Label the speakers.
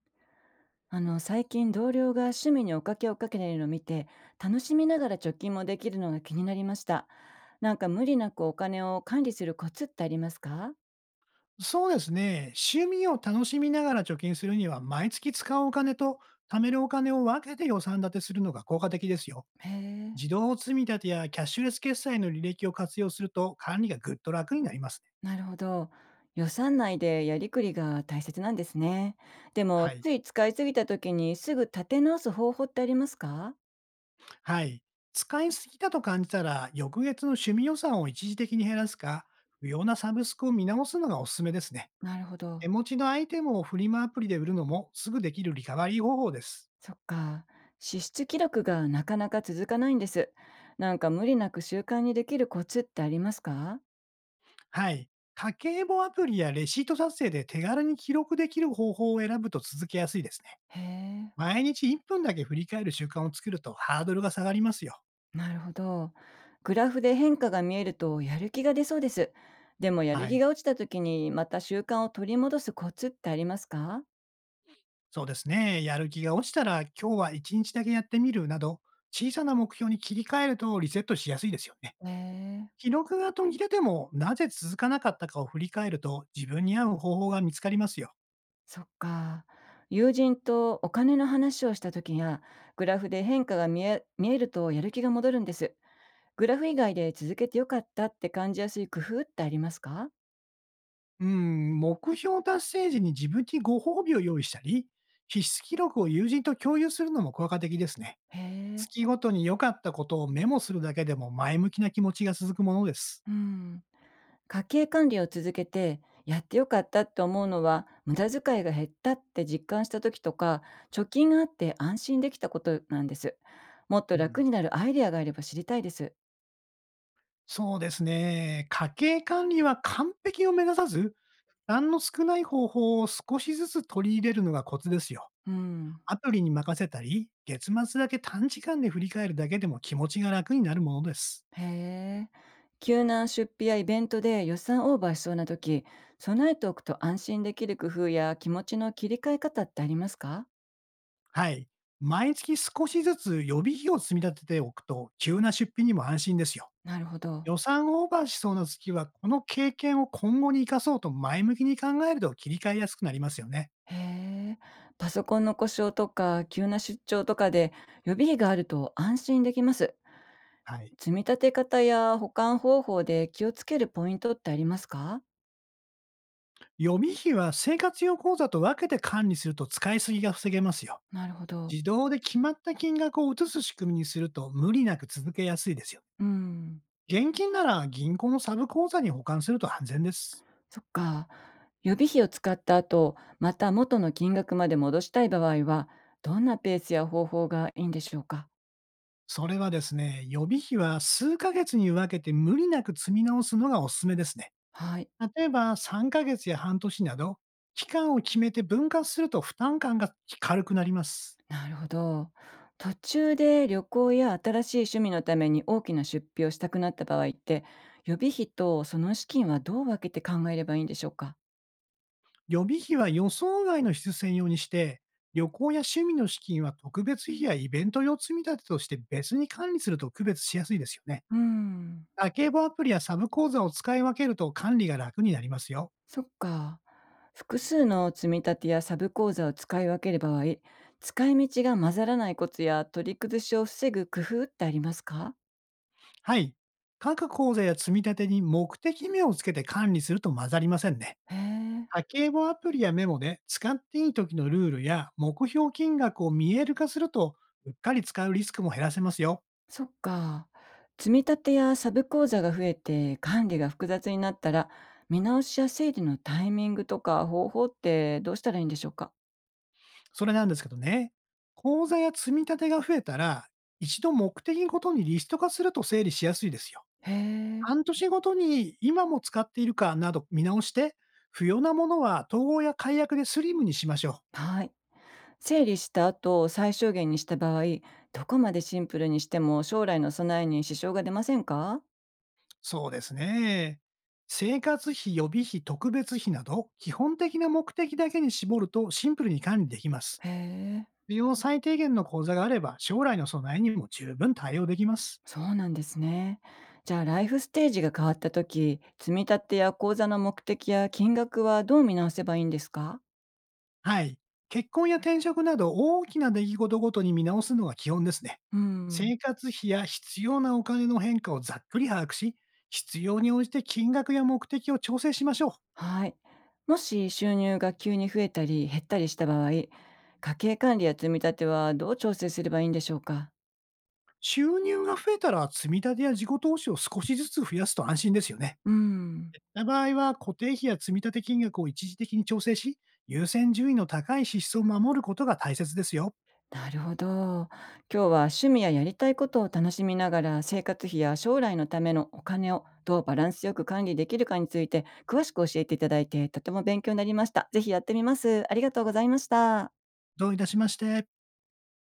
Speaker 1: 最近、同僚が趣味におかけをかけているのを見て、楽しみながら貯金もできるのが気になりました。なんか無理なくお金を管理するコツってありますか？
Speaker 2: そうですね。趣味を楽しみながら貯金するには、毎月使うお金と貯めるお金を分けて予算立てするのが効果的ですよ。
Speaker 1: へえ、
Speaker 2: 自動積み立てやキャッシュレス決済の履歴を活用すると管理がぐっと楽になりますね。
Speaker 1: なるほど、予算内でやりくりが大切なんですね。で
Speaker 2: は
Speaker 1: も
Speaker 2: い。
Speaker 1: つい使いすぎた時にすぐ立て直す方法ってありますか？
Speaker 2: はい。使いすぎたと感じたら、翌月の趣味予算を一時的に減らすか、不要なサブスクを見直すのがおすすめですね。
Speaker 1: なるほ
Speaker 2: 手
Speaker 1: ど。
Speaker 2: 持ちのアイテムをフリマアプリで売るのもすぐできるリカバリー方法です。
Speaker 1: そっか、支出記録がなかなか続かないんです。なんか無理なく習慣にできるコツってありますか？
Speaker 2: はい。家計簿アプリやレシート撮影で手軽に記録できる方法を選ぶと続けやすいですね。
Speaker 1: へえ。
Speaker 2: 毎日1分だけ振り返る習慣を作るとハードルが下がりますよ。
Speaker 1: なるほど。グラフで変化が見えるとやる気が出そうです。でもやる
Speaker 2: は
Speaker 1: 気
Speaker 2: い。
Speaker 1: が落ちた時にまた習慣を取り戻すコツってありますか？
Speaker 2: そうですね。やる気が落ちたら今日は1日だけやってみるなど、小さな目標に切り替えるとリセットしやすいですよね。
Speaker 1: へえ、
Speaker 2: 記録が途切れてもなぜ続かなかったかを振り返ると自分に合う方法が見つかりますよ。
Speaker 1: そっか。友人とお金の話をした時や、グラフで変化が見え見えるとやる気が戻るんです。グラフ以外で続けてよかったって感じやすい工夫ってありますか？
Speaker 2: うん、目標達成時に自分にご褒美を用意したり、必須記録を友人と共有するのも効果的ですね。
Speaker 1: へえ、
Speaker 2: 月ごとに良かったことをメモするだけでも前向きな気持ちが続くものです。
Speaker 1: うん。家計管理を続けてやってよかったって思うのは、無駄遣いが減ったって実感した時とか貯金があって安心できたことなんです。もっと
Speaker 2: う
Speaker 1: 楽
Speaker 2: ん。
Speaker 1: になるアイデアがあれば知りたいです。
Speaker 2: そうですね。家計管理は完璧を目指さず、負担の少ない方法を少しずつ取り入れるのがコツですよ。
Speaker 1: うん。
Speaker 2: アプリに任せたり、月末だけ短時間で振り返るだけでも気持ちが楽になるものです。
Speaker 1: へえ。急な出費やイベントで予算オーバーしそうな時、備えておくと安心できる工夫や気持ちの切り替え方ってありますか？
Speaker 2: はい。毎月少しずつ予備費を積み立てておくと、急な出費にも安心ですよ。
Speaker 1: なるほど。
Speaker 2: 予算オーバーしそうな月は、この経験を今後に生かそうと前向きに考えると切り替えやすくなりますよね。
Speaker 1: へえ、パソコンの故障とか急な出張とかで予備費があると安心できます。
Speaker 2: はい。
Speaker 1: 積み立て方や保管方法で気をつけるポイントってありますか？
Speaker 2: 予備費は生活用口座と分けて管理すると使いすぎが防げますよ。
Speaker 1: なるほど。
Speaker 2: 自動で決まった金額を移す仕組みにすると無理なく続けやすいですよ。
Speaker 1: うん。
Speaker 2: 現金なら銀行のサブ口座に保管すると安全です。
Speaker 1: そっか。予備費を使った後、また元の金額まで戻したい場合は、どんなペースや方法がいいんでしょうか？
Speaker 2: それはですね、予備費は数ヶ月に分けて無理なく積み直すのがおすすめですね。
Speaker 1: はい。
Speaker 2: 例えば3ヶ月や半年など、期間を決めて分割すると負担感が軽くなります。
Speaker 1: なるほど。途中で旅行や新しい趣味のために大きな出費をしたくなった場合って、予備費とその資金はどう分けて考えればいいんでしょうか？
Speaker 2: 予備費は予想外の必須用にして、旅行や趣味の資金は特別費やイベント用積み立てとして別に管理すると区別しやすいですよね。
Speaker 1: うーん、
Speaker 2: 家計簿アプリやサブ口座を使い分けると管理が楽になりますよ。
Speaker 1: そっか。複数の積み立てやサブ口座を使い分ける場合、使い道が混ざらないコツや取り崩しを防ぐ工夫ってありますか？
Speaker 2: はい。各口座や積み立てに目的名をつけて管理すると混ざりませんね。
Speaker 1: へえ。
Speaker 2: 家計簿アプリやメモで使っていい時のルールや目標金額を見える化すると、うっかり使うリスクも減らせますよ。
Speaker 1: そっか。積み立てやサブ口座が増えて管理が複雑になったら、見直しや整理のタイミングとか方法ってどうしたらいいんでしょうか？
Speaker 2: それなんですけどね、口座や積み立てが増えたら、一度目的ごとにリスト化すると整理しやすいですよ。
Speaker 1: へえ。
Speaker 2: 半年ごとに今も使っているかなど見直して、不要なものは統合や解約でスリムにしましょう。
Speaker 1: はい。整理した後、最小限にした場合、どこまでシンプルにしても将来の備えに支障が出ませんか？
Speaker 2: そうですね。生活費、予備費、特別費など、基本的な目的だけに絞るとシンプルに管理できます。
Speaker 1: へえ。
Speaker 2: 必要最低限の口座があれば、将来の備えにも十分対応できます。
Speaker 1: そうなんですね。じゃあ、ライフステージが変わった時、積み立てや口座の目的や金額はどう見直せばいいんですか？
Speaker 2: はい。結婚や転職など大きな出来事ごとに見直すのが基本ですね。
Speaker 1: うん。
Speaker 2: 生活費や必要なお金の変化をざっくり把握し、必要に応じて金額や目的を調整しましょう。
Speaker 1: はい。もし収入が急に増えたり減ったりした場合、家計管理や積み立てはどう調整すればいいんでしょうか？
Speaker 2: 収入が増えたら積み立てや自己投資を少しずつ増やすと安心ですよね。
Speaker 1: うん。
Speaker 2: な場合は固定費や積み立て金額を一時的に調整し、優先順位の高い支出を守ることが大切ですよ。
Speaker 1: なるほど。今日は趣味ややりたいことを楽しみながら、生活費や将来のためのお金をどうバランスよく管理できるかについて詳しく教えていただいて、とても勉強になりました。ぜひやってみます。ありがとうございました。
Speaker 2: どういたしまして。